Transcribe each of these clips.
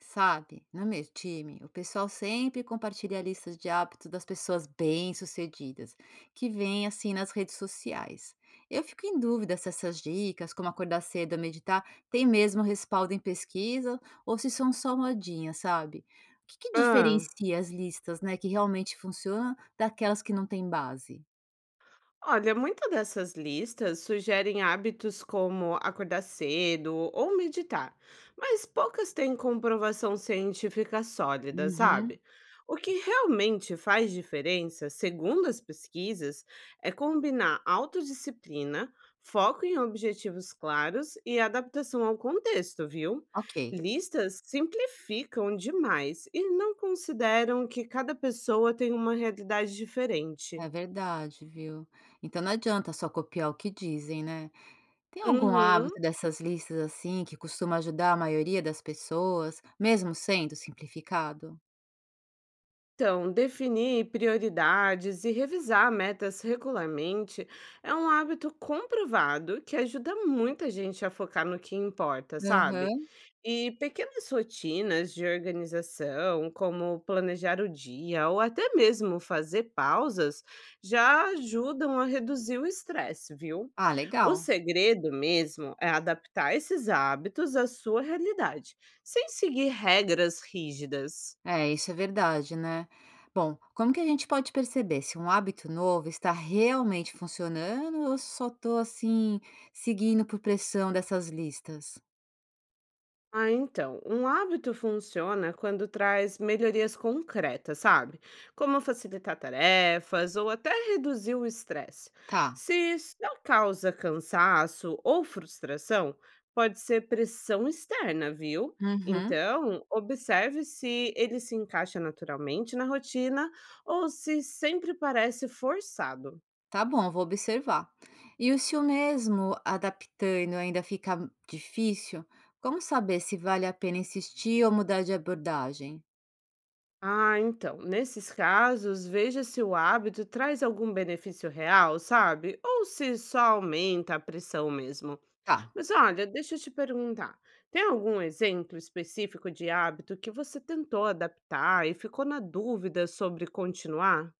Sabe, no meu time, o pessoal sempre compartilha listas de hábitos das pessoas bem-sucedidas, que vêm assim nas redes sociais. Eu fico em dúvida se essas dicas, como acordar cedo ou meditar, têm mesmo respaldo em pesquisa ou se são só modinhas, sabe? O que Ah, diferencia as listas, né, que realmente funcionam daquelas que não têm base? olha, muitas dessas listas sugerem hábitos como acordar cedo ou meditar, mas poucas têm comprovação científica sólida, Uhum, sabe? O que realmente faz diferença, segundo as pesquisas, é combinar autodisciplina, foco em objetivos claros e adaptação ao contexto, viu? ok. Listas simplificam demais e não consideram que cada pessoa tem uma realidade diferente. É verdade, viu? Então não adianta só copiar o que dizem, né? Tem algum Uhum. hábito dessas listas, assim, que costuma ajudar a maioria das pessoas, mesmo sendo simplificado? Então, definir prioridades e revisar metas regularmente é um hábito comprovado que ajuda muita gente a focar no que importa, sabe? Aham. E pequenas rotinas de organização, como planejar o dia ou até mesmo fazer pausas, já ajudam a reduzir o estresse, viu? Ah, O legal. segredo mesmo é adaptar esses hábitos à sua realidade, sem seguir regras rígidas. É, isso é verdade, né? Bom, como que a gente pode perceber se um hábito novo está realmente funcionando ou se só estou assim seguindo por pressão dessas listas? Ah, então, um hábito funciona quando traz melhorias concretas, sabe? Como facilitar tarefas ou até reduzir o estresse. Tá. Se só causa cansaço ou frustração, pode ser pressão externa, viu? Uhum. Então, observe se ele se encaixa naturalmente na rotina ou se sempre parece forçado. Tá bom, vou observar. E o se o mesmo adaptando ainda fica difícil, como saber se vale a pena insistir ou mudar de abordagem? Ah, então, nesses casos, veja se o hábito traz algum benefício real, sabe? Ou se só aumenta a pressão mesmo. Tá. Mas olha, deixa eu te perguntar: tem algum exemplo específico de hábito que você tentou adaptar e ficou na dúvida sobre continuar?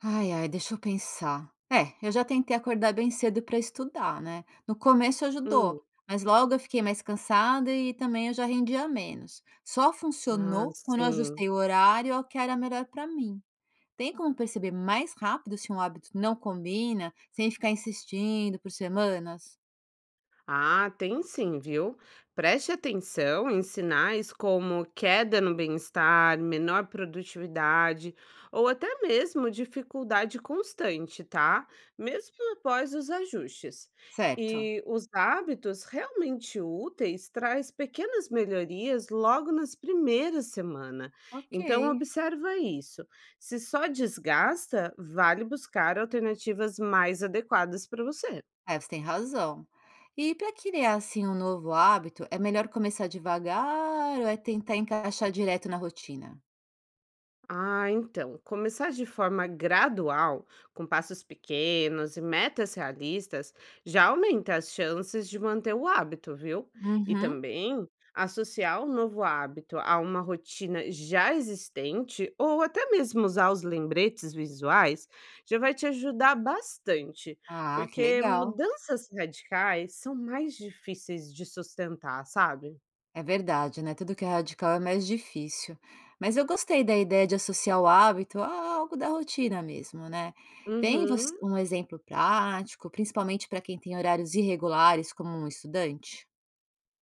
Ai, ai, deixa eu pensar. É, eu já tentei acordar bem cedo para estudar, né? No começo Hum, ajudou, mas logo eu fiquei mais cansada e também eu já rendia menos. Só ah, funcionou quando eu sim. ajustei o horário ao que era melhor para mim. Tem como perceber mais rápido se um hábito não combina, sem ficar insistindo por semanas? Ah, tem sim, viu? Preste atenção em sinais como queda no bem-estar, menor produtividade ou até mesmo dificuldade constante, tá? Mesmo após os ajustes. Certo, E os hábitos realmente úteis traz pequenas melhorias logo nas primeiras semanas. ok. Então observa isso. Se só desgasta, vale buscar alternativas mais adequadas para você. É, você tem razão. E para criar assim um novo hábito, é melhor começar devagar ou é tentar encaixar direto na rotina? Ah, então, começar de forma gradual, com passos pequenos e metas realistas, já aumenta as chances de manter o hábito, viu? E Uhum. também associar o novo hábito a uma rotina já existente ou até mesmo usar os lembretes visuais já vai te ajudar bastante, Ah, que porque legal. mudanças radicais são mais difíceis de sustentar, sabe? É verdade, né? Tudo que é radical é mais difícil. Mas eu gostei da ideia de associar o hábito a algo da rotina mesmo, né? Tem Uhum. um exemplo prático, principalmente para quem tem horários irregulares, como um estudante?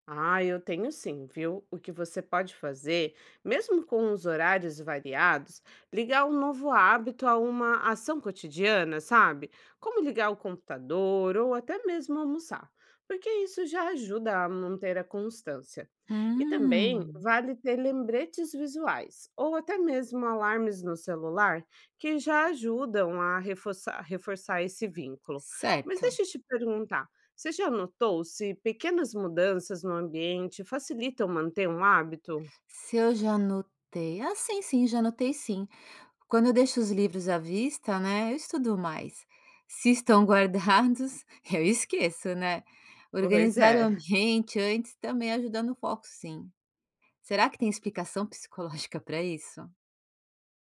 Ah, eu tenho sim, viu? O que você pode fazer, mesmo com os horários variados, ligar um novo hábito a uma ação cotidiana, sabe? Como ligar o computador ou até mesmo almoçar, porque isso já ajuda a manter a constância. E também Hum, vale ter lembretes visuais ou até mesmo alarmes no celular que já ajudam a reforçar esse vínculo. Mas deixa certo. eu te perguntar. Você já notou se pequenas mudanças no ambiente facilitam manter um hábito? Se eu já anotei? Ah, sim, sim, já anotei sim. Quando eu deixo os livros à vista, né, eu estudo mais. Se estão guardados, eu esqueço, né. Pois Organizar o é. ambiente antes também ajuda no foco, sim. Será que tem explicação psicológica para isso?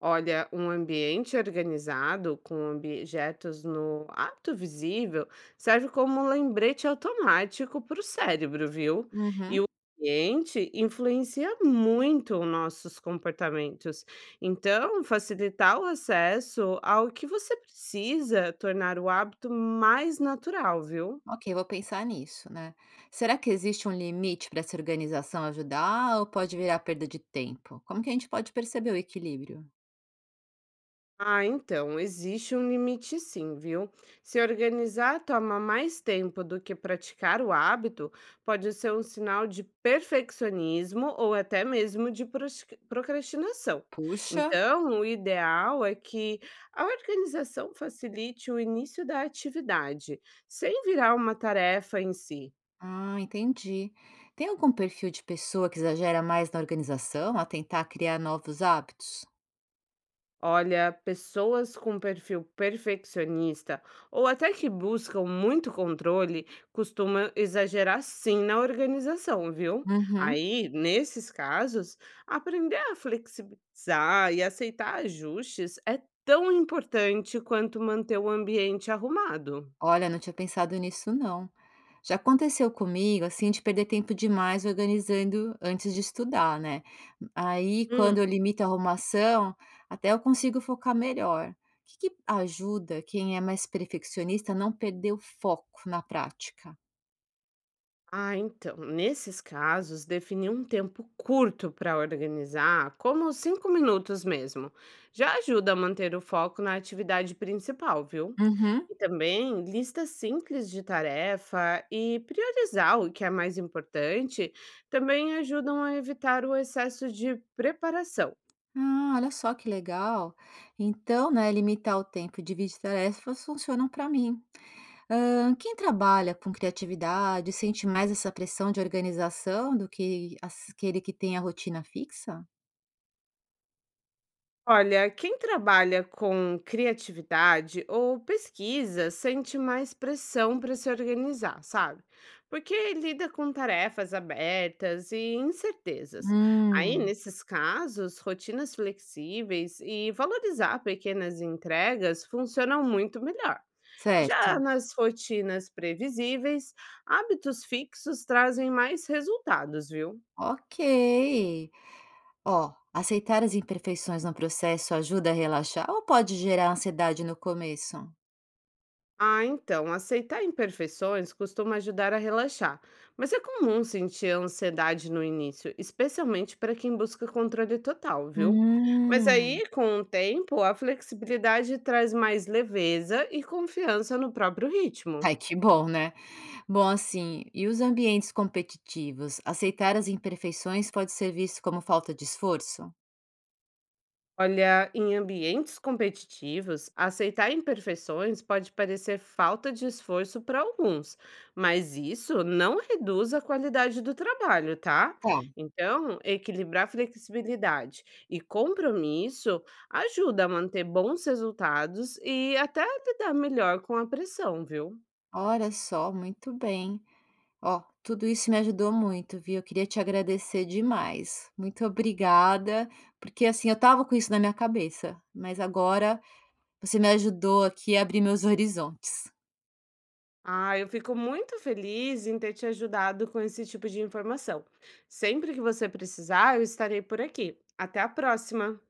Olha, um ambiente organizado com objetos no hábito visível serve como um lembrete automático para o cérebro, viu? E o Uhum. ambiente influencia muito os nossos comportamentos. Então, facilitar o acesso ao que você precisa tornar o hábito mais natural, viu? Ok, vou pensar nisso, né. Será que existe um limite para essa organização ajudar ou pode virar perda de tempo? Como que a gente pode perceber o equilíbrio? Ah, então, existe um limite sim, viu? Se organizar toma mais tempo do que praticar o hábito, pode ser um sinal de perfeccionismo ou até mesmo de procrastinação. Puxa! Então, o ideal é que a organização facilite o início da atividade, sem virar uma tarefa em si. Ah, entendi. Tem algum perfil de pessoa que exagera mais na organização a tentar criar novos hábitos? Olha, pessoas com perfil perfeccionista ou até que buscam muito controle costumam exagerar sim na organização, viu? Uhum. Aí, nesses casos, aprender a flexibilizar e aceitar ajustes é tão importante quanto manter o ambiente arrumado. Olha, não tinha pensado nisso, não. Já aconteceu comigo, assim, de perder tempo demais organizando antes de estudar, né? Aí, quando eu limito a arrumação, até eu consigo focar melhor. O que ajuda quem é mais perfeccionista a não perder o foco na prática? Ah, então, nesses casos, definir um tempo curto para organizar, como 5 minutos mesmo, já ajuda a manter o foco na atividade principal, viu? Uhum. E também listas simples de tarefa e priorizar o que é mais importante também ajudam a evitar o excesso de preparação. Ah, olha só que legal. Então, né, limitar o tempo e dividir tarefas funcionam para mim. Quem trabalha com criatividade sente mais essa pressão de organização do que aquele que tem a rotina fixa? Olha, quem trabalha com criatividade ou pesquisa sente mais pressão para se organizar, sabe? Porque lida com tarefas abertas e incertezas. Aí, Hum, nesses casos, rotinas flexíveis e valorizar pequenas entregas funcionam muito melhor. Já certo. nas rotinas previsíveis, hábitos fixos trazem mais resultados, viu? Ok. Ó, aceitar as imperfeições no processo ajuda a relaxar ou pode gerar ansiedade no começo? Ah, então, aceitar imperfeições costuma ajudar a relaxar, mas é comum sentir ansiedade no início, especialmente para quem busca controle total, viu? Mas Hum. aí, com o tempo, a flexibilidade traz mais leveza e confiança no próprio ritmo. Ai, que bom, né. Bom, assim, e os ambientes competitivos, aceitar as imperfeições pode ser visto como falta de esforço? Olha, em ambientes competitivos, aceitar imperfeições pode parecer falta de esforço para alguns, mas isso não reduz a qualidade do trabalho, tá? Tá, Então, equilibrar flexibilidade e compromisso ajuda a manter bons resultados e até a lidar melhor com a pressão, viu? olha só, muito bem. Ó, tudo isso me ajudou muito, viu. Eu queria te agradecer demais. Muito obrigada, porque, assim, eu estava com isso na minha cabeça, mas agora você me ajudou aqui a abrir meus horizontes. Ah, eu fico muito feliz em ter te ajudado com esse tipo de informação. Sempre que você precisar, eu estarei por aqui. Até a próxima!